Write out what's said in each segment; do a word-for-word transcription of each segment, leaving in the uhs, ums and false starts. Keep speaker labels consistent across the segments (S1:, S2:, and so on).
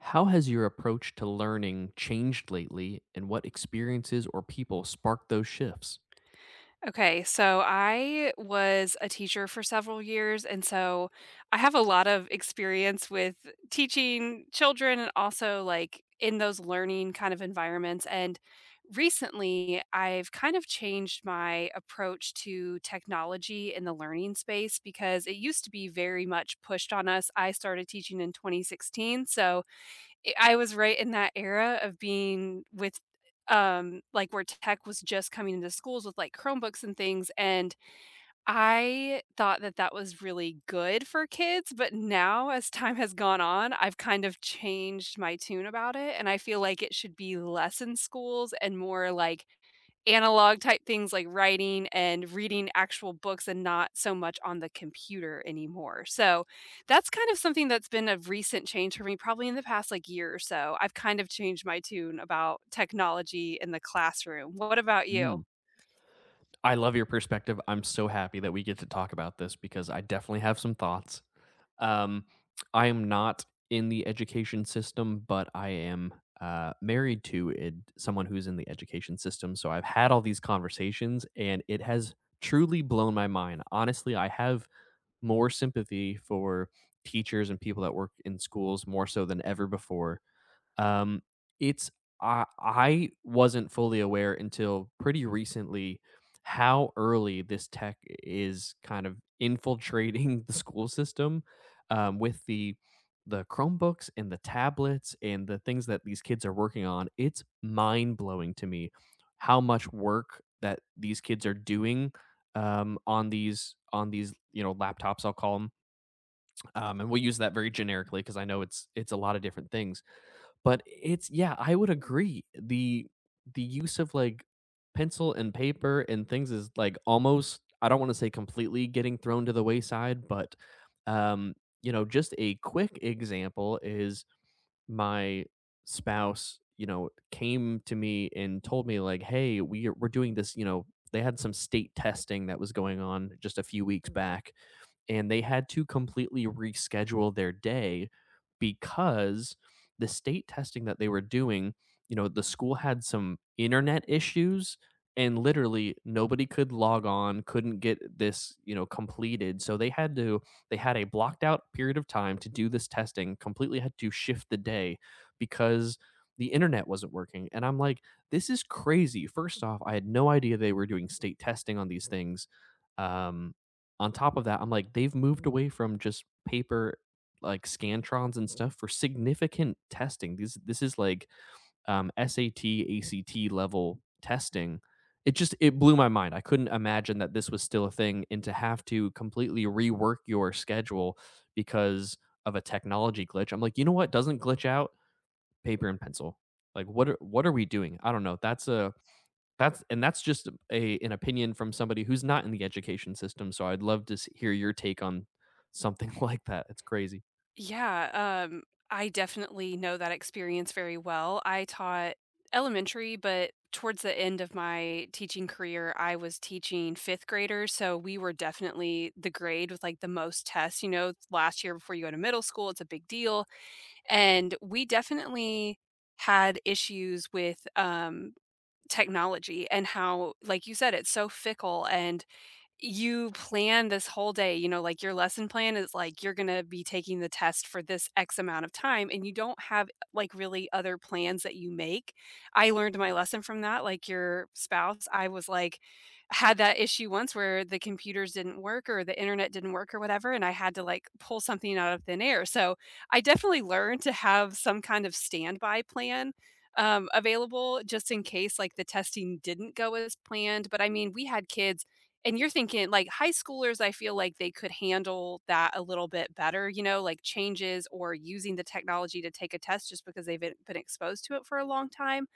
S1: How has your approach to learning changed lately, and what experiences or people sparked those shifts?
S2: Okay, so I was a teacher for several years, and so I have a lot of experience with teaching children and also like in those learning kind of environments. And recently, I've kind of changed my approach to technology in the learning space because it used to be very much pushed on us. I started teaching in twenty sixteen, so I I was right in that era of being with, um, like, where tech was just coming into schools with, like, Chromebooks and things, and I thought that that was really good for kids, but now as time has gone on, I've kind of changed my tune about it, and I feel like it should be less in schools and more, like, analog type things like writing and reading actual books and not so much on the computer anymore. So that's kind of something that's been a recent change for me, probably in the past like year or so. I've kind of changed my tune about technology in the classroom. What about you?
S1: Mm, I love your perspective. I'm so happy that we get to talk about this because I definitely have some thoughts. Um, I am not in the education system, but I am uh, married to ed- someone who's in the education system. So I've had all these conversations, and it has truly blown my mind. Honestly, I have more sympathy for teachers and people that work in schools more so than ever before. Um, it's I I wasn't fully aware until pretty recently how early this tech is kind of infiltrating the school system, um, with the the Chromebooks and the tablets and the things that these kids are working on. It's mind blowing to me how much work that these kids are doing, um, on these on these you know laptops. I'll call them, um, and we'll use that very generically because I know it's it's a lot of different things, but it's yeah, I would agree. The the use of, like, pencil and paper and things is, like, almost, I don't wanna say completely getting thrown to the wayside, but, um, you know, just a quick example is my spouse, you know, came to me and told me, like, "Hey, we are- we're doing this," you know, they had some state testing that was going on just a few weeks back, and they had to completely reschedule their day because the state testing that they were doing, you know, the school had some internet issues and literally nobody could log on, couldn't get this, you know, completed. So they had to— they had a blocked out period of time to do this testing, completely had to shift the day because the internet wasn't working. And I'm like, this is crazy. First off, I had no idea they were doing state testing on these things. Um, on top of that, I'm like, they've moved away from just paper, like scantrons and stuff for significant testing. These this is like um, S A T, A C T level testing. It just— it blew my mind. I couldn't imagine that this was still a thing, and to have to completely rework your schedule because of a technology glitch. I'm like, you know what doesn't glitch out? Paper and pencil. Like, what are what are we doing? I don't know. That's a that's and that's just a an opinion from somebody who's not in the education system. So I'd love to s- hear your take on something like that. It's crazy.
S2: Yeah, um, I definitely know that experience very well. I taught elementary, but towards the end of my teaching career, I was teaching fifth graders. So we were definitely the grade with like the most tests. You know, last year before you go to middle school, it's a big deal. And we definitely had issues with um, technology and how, like you said, it's so fickle and you plan this whole day, you know, like your lesson plan is like you're going to be taking the test for this X amount of time and you don't have like really other plans that you make. I learned my lesson from that. Like your spouse, I was like, had that issue once where the computers didn't work or the internet didn't work or whatever. And I had to like pull something out of thin air. So I definitely learned to have some kind of standby plan um, available just in case like the testing didn't go as planned. But I mean, we had kids and you're thinking like high schoolers, I feel like they could handle that a little bit better, you know, like changes or using the technology to take a test just because they've been been exposed to it for a long time.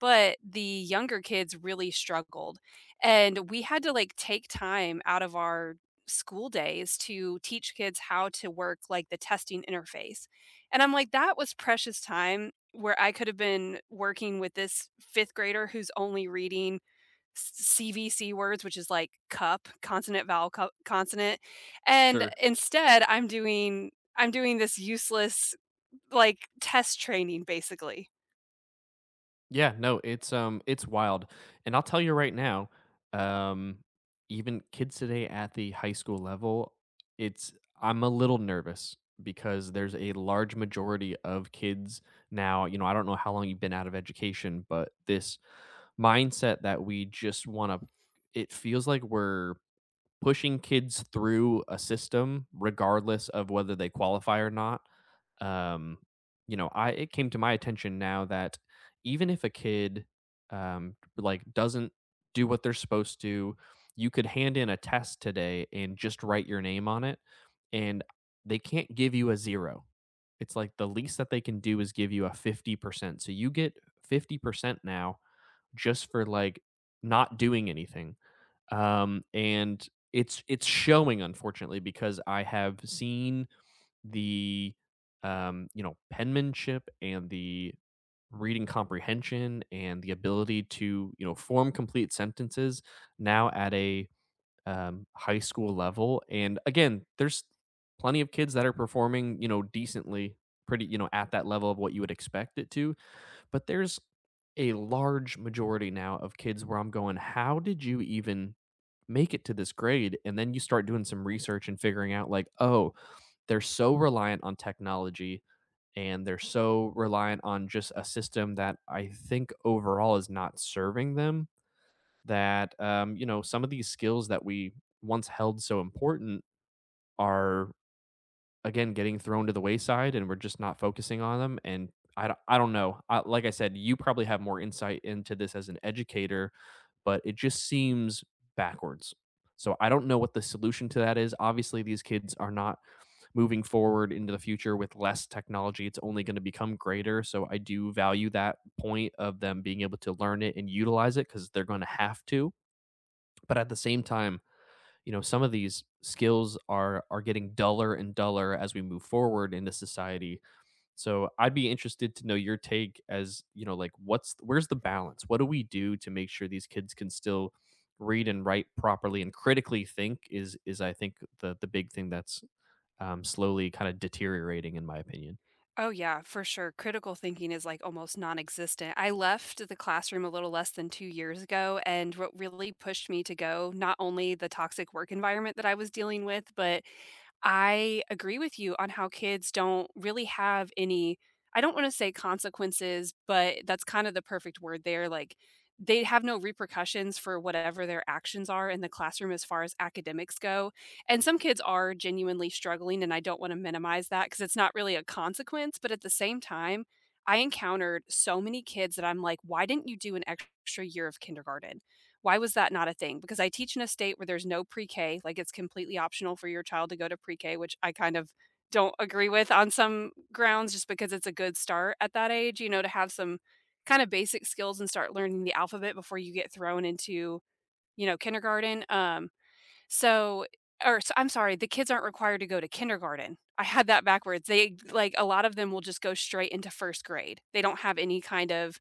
S2: But the younger kids really struggled. And we had to like take time out of our school days to teach kids how to work like the testing interface. And I'm like, that was precious time where I could have been working with this fifth grader who's only reading C V C words, which is like cup, consonant, vowel, cup, consonant. And
S1: Sure.
S2: instead, I'm doing I'm doing this useless like test training basically.
S1: Yeah, no, it's um it's wild. And I'll tell you right now, um even kids today at the high school level, it's I'm a little nervous because there's a large majority of kids now, you know, I don't know how long you've been out of education, but this mindset that we just want to— it feels like we're pushing kids through a system regardless of whether they qualify or not. um you know I it came to my attention now that even if a kid um like doesn't do what they're supposed to, you could hand in a test today and just write your name on it, and they can't give you a zero. It's like the least that they can do is give you a fifty percent, so you get fifty percent now just for like not doing anything. um, and it's it's showing, unfortunately, because I have seen the um, you know, penmanship and the reading comprehension and the ability to, you know, form complete sentences now at a um, high school level. And again, there's plenty of kids that are performing, you know, decently, pretty, you know, at that level of what you would expect it to. But there's a large majority now of kids where I'm going, how did you even make it to this grade? And then you start doing some research and figuring out like, oh, they're so reliant on technology and they're so reliant on just a system that I think overall is not serving them, that um, you know, some of these skills that we once held so important are again getting thrown to the wayside and we're just not focusing on them. And i, I don't know. I, like I said, you probably have more insight into this as an educator, but it just seems backwards. So I don't know what the solution to that is. Obviously these kids are not moving forward into the future with less technology. It's only going to become greater. So I do value that point of them being able to learn it and utilize it because they're going to have to. But at the same time, you know, some of these skills are are getting duller and duller as we move forward into society. So I'd be interested to know your take as, you know, like, what's— where's the balance? What do we do to make sure these kids can still read and write properly and critically think? Is is I think the the big thing that's um, slowly kind of deteriorating in my opinion.
S2: Oh, yeah, for sure. Critical thinking is like almost non existent. I left the classroom a little less than two years ago. And what really pushed me to go, not only the toxic work environment that I was dealing with, but I agree with you on how kids don't really have any, I don't want to say consequences, but that's kind of the perfect word there. Like they have no repercussions for whatever their actions are in the classroom as far as academics go. And some kids are genuinely struggling, and I don't wanna minimize that because it's not really a consequence, but at the same time, I encountered so many kids that I'm like, "Why didn't you do an extra year of kindergarten? Why was that not a thing?" Because I teach in a state where there's no pre-K, like, it's completely optional for your child to go to pre-K, which I kind of don't agree with on some grounds just because it's a good start at that age, you know, to have some kinda basic skills and start learning the alphabet before you get thrown into, you know, kindergarten, um, so or so I'm sorry, the kids aren't required to go to kindergarten. I had that backwards. They like a lot of them will just go straight into first grade. They don't have any kind of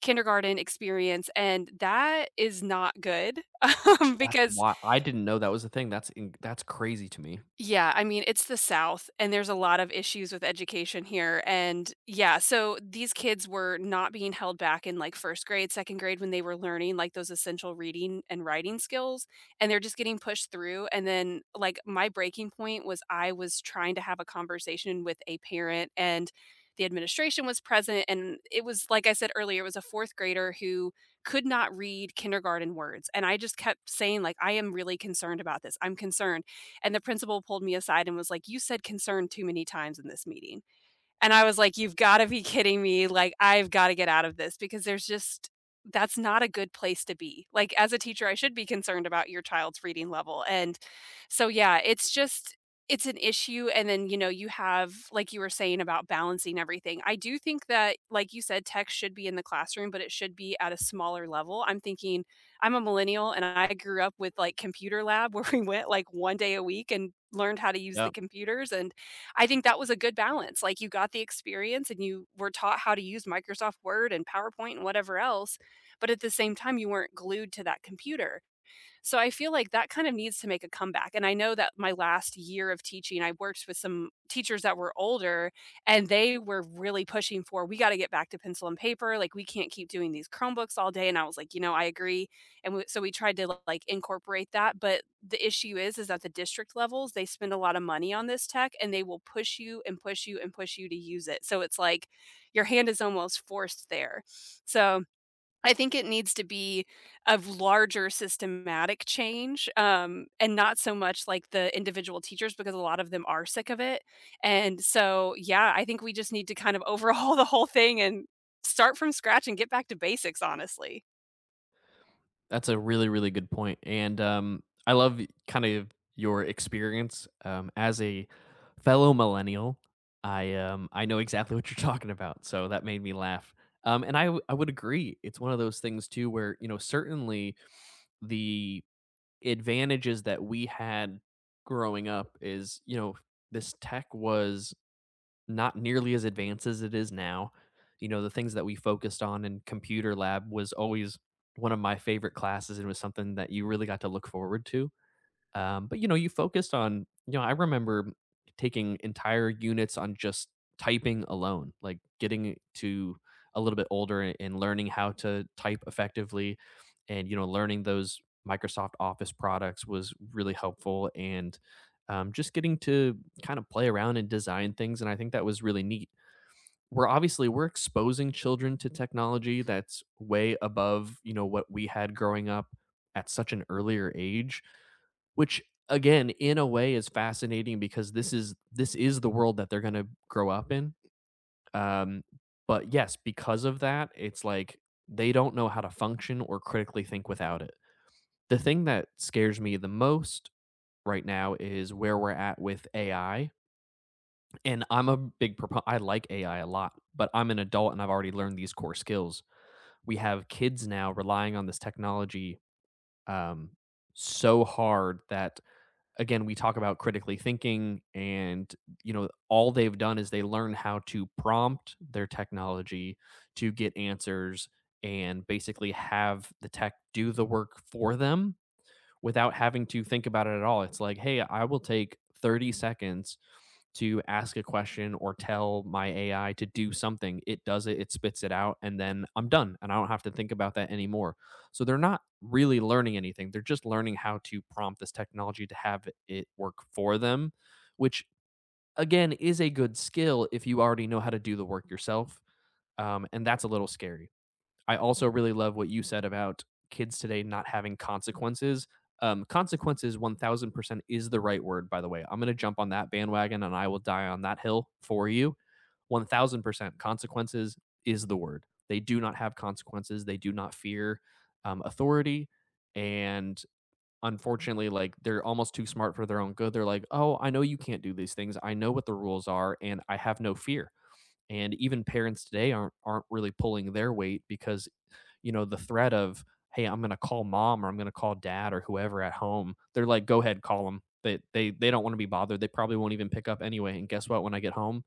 S2: kindergarten experience, and that is not good, um,
S1: That's
S2: because
S1: why I didn't know that was a thing. That's in that's crazy to me.
S2: Yeah, I mean, it's the South, and there's a lot of issues with education here. And yeah, so these kids were not being held back in like first grade, second grade when they were learning like those essential reading and writing skills. And they're just getting pushed through. And then, like, my breaking point was I was trying to have a conversation with a parent, and the administration was present. And it was, like I said earlier, it was a fourth grader who could not read kindergarten words. And I just kept saying, like, I am really concerned about this. I'm concerned and the principal pulled me aside and was like, "You said concern too many times in this meeting." And I was like, "You've gotta be kidding me, like, I've gotta get out of this because there's just that's not a good place to be." Like, as a teacher, I should be concerned about your child's reading level, and so, yeah, it's just it's an issue, and then, you know, you have like you were saying about balancing everything. I do think that, like you said, tech should be in the classroom, but it should be at a smaller level. I'm thinking I'm a millennial, and I grew up with, like, computer lab where we went, like, one day a week and learned how to use the
S1: Yep.
S2: computers, and I think that was a good balance. Like you got the experience and you were taught how to use Microsoft Word and PowerPoint and whatever else, but at the same time you weren't glued to that computer. So I feel like that kind of needs to make a comeback, and I know that my last year of teaching, I worked with some teachers that were older, and they were really pushing for, "We gotta get back to pencil and paper, like, we can't keep doing these Chromebooks all day," and I was like, "You know, I agree," and we so we tried to, like, incorporate that, but the issue is is at the district levels, they spend a lot of money on this tech, and they will push you and push you and push you to use it, so it's like your hand is almost forced there. So I think it needs to be of larger systematic change, um, and not so much like the individual teachers because a lot of them are sick of it, and so, yeah, I think we just need to kind of overhaul the whole thing and start from scratch and get back to basics, honestly.
S1: That's a really, really good point, point. And, um, I love kind of your experience, um, as a fellow millennial, I, um, I know exactly what you're talking about, so that made me laugh, um, and I w I would agree. It's one of those things too where, you know, certainly the advantages that we had growing up is, you know, this tech was not nearly as advanced as it is now. You know, the things that we focused on in computer lab was always one of my favorite classes, and it was something that you really got to look forward to. Um, but you know, you focused on, you know, I remember taking entire units on just typing alone, like getting to a little bit older a- and learning how to type effectively and, you know, learning those Microsoft Office products was really helpful. And um, just getting to kind of play around and design things. And I think that was really neat. We're obviously we're exposing children to technology that's way above, you know, what we had growing up at such an earlier age, which again in a way is fascinating because this is this is the world that they're going to grow up in. um but yes, because of that, it's like they don't know how to function or critically think without it. The thing that scares me the most right now is where we're at with A I. And I'm a big proponent, I like A I a lot, but I'm an adult and I've already learned these core skills. We have kids now relying on this technology um, so hard that, again, we talk about critically thinking and, you know, all they've done is they learn how to prompt their technology to get answers and basically have the tech do the work for them without having to think about it at all. It's like, hey, I will take thirty seconds to ask a question or tell my A I to do something. It does it, it spits it out, and then I'm done. And I don't have to think about that anymore. So they're not really learning anything. They're just learning how to prompt this technology to have it work for them, which again is a good skill if you already know how to do the work yourself. Um, and that's a little scary. I also really love what you said about kids today not having consequences. Um, consequences one thousand percent is the right word, by the way. I'm going to jump on that bandwagon and I will die on that hill for you. one thousand percent consequences is the word. They do not have consequences, they do not fear um, authority. And unfortunately, like, they're almost too smart for their own good. They're like, oh, I know you can't do these things. I know what the rules are and I have no fear. And even parents today aren't, aren't really pulling their weight because, you know, the threat of, hey, I'm going to call mom or I'm going to call dad or whoever at home, they're like, go ahead, call them. They, they, they don't want to be bothered. They probably won't even pick up anyway. And guess what? When I get home,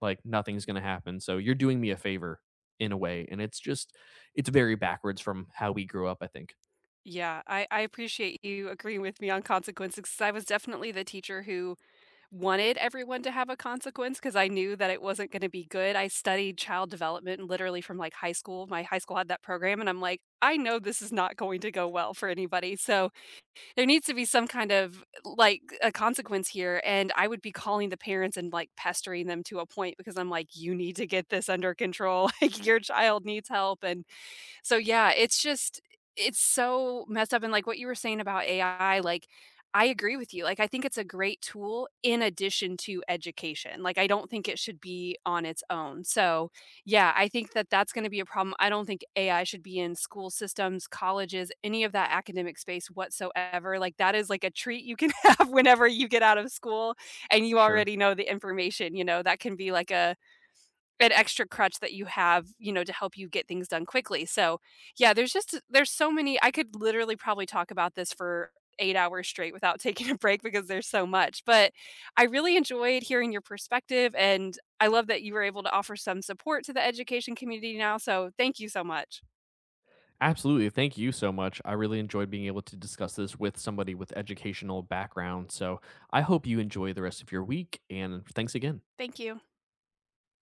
S1: like nothing's going to happen. So you're doing me a favor in a way. And it's just, it's very backwards from how we grew up, I think.
S2: Yeah, I I appreciate you agreeing with me on consequences 'cause I was definitely the teacher who wanted everyone to have a consequence because I knew that it wasn't gonna be good. I studied child development literally from, like, high school. My high school had that program, and I'm like, "I know this is not going to go well for anybody, so there needs to be some kind of, like, a consequence here," and I would be calling the parents and, like, pestering them to a point because I'm like, "You need to get this under control, like, your child needs help," and so, yeah, it's just it's so messed up, and, like, what you were saying about A I, like, I agree with you, like, I think it's a great tool in addition to education, like, I don't think it should be on its own, so, yeah, I think that that's gonna be a problem, I don't think A I should be in school systems, colleges, any of that academic space whatsoever, like, that is, like, a treat you can have whenever you get out of school and you
S1: Sure.
S2: already know the information, you know, that can be, like, a an extra crutch that you have, you know, to help you get things done quickly. So, yeah, there's just there's so many I could literally probably talk about this for eight hours straight without taking a break because there's so much. But I really enjoyed hearing your perspective, and I love that you were able to offer some support to the education community now, so thank you so much.
S1: Absolutely. Thank you so much. I really enjoyed being able to discuss this with somebody with educational background. So I hope you enjoy the rest of your week and thanks again.
S2: Thank you.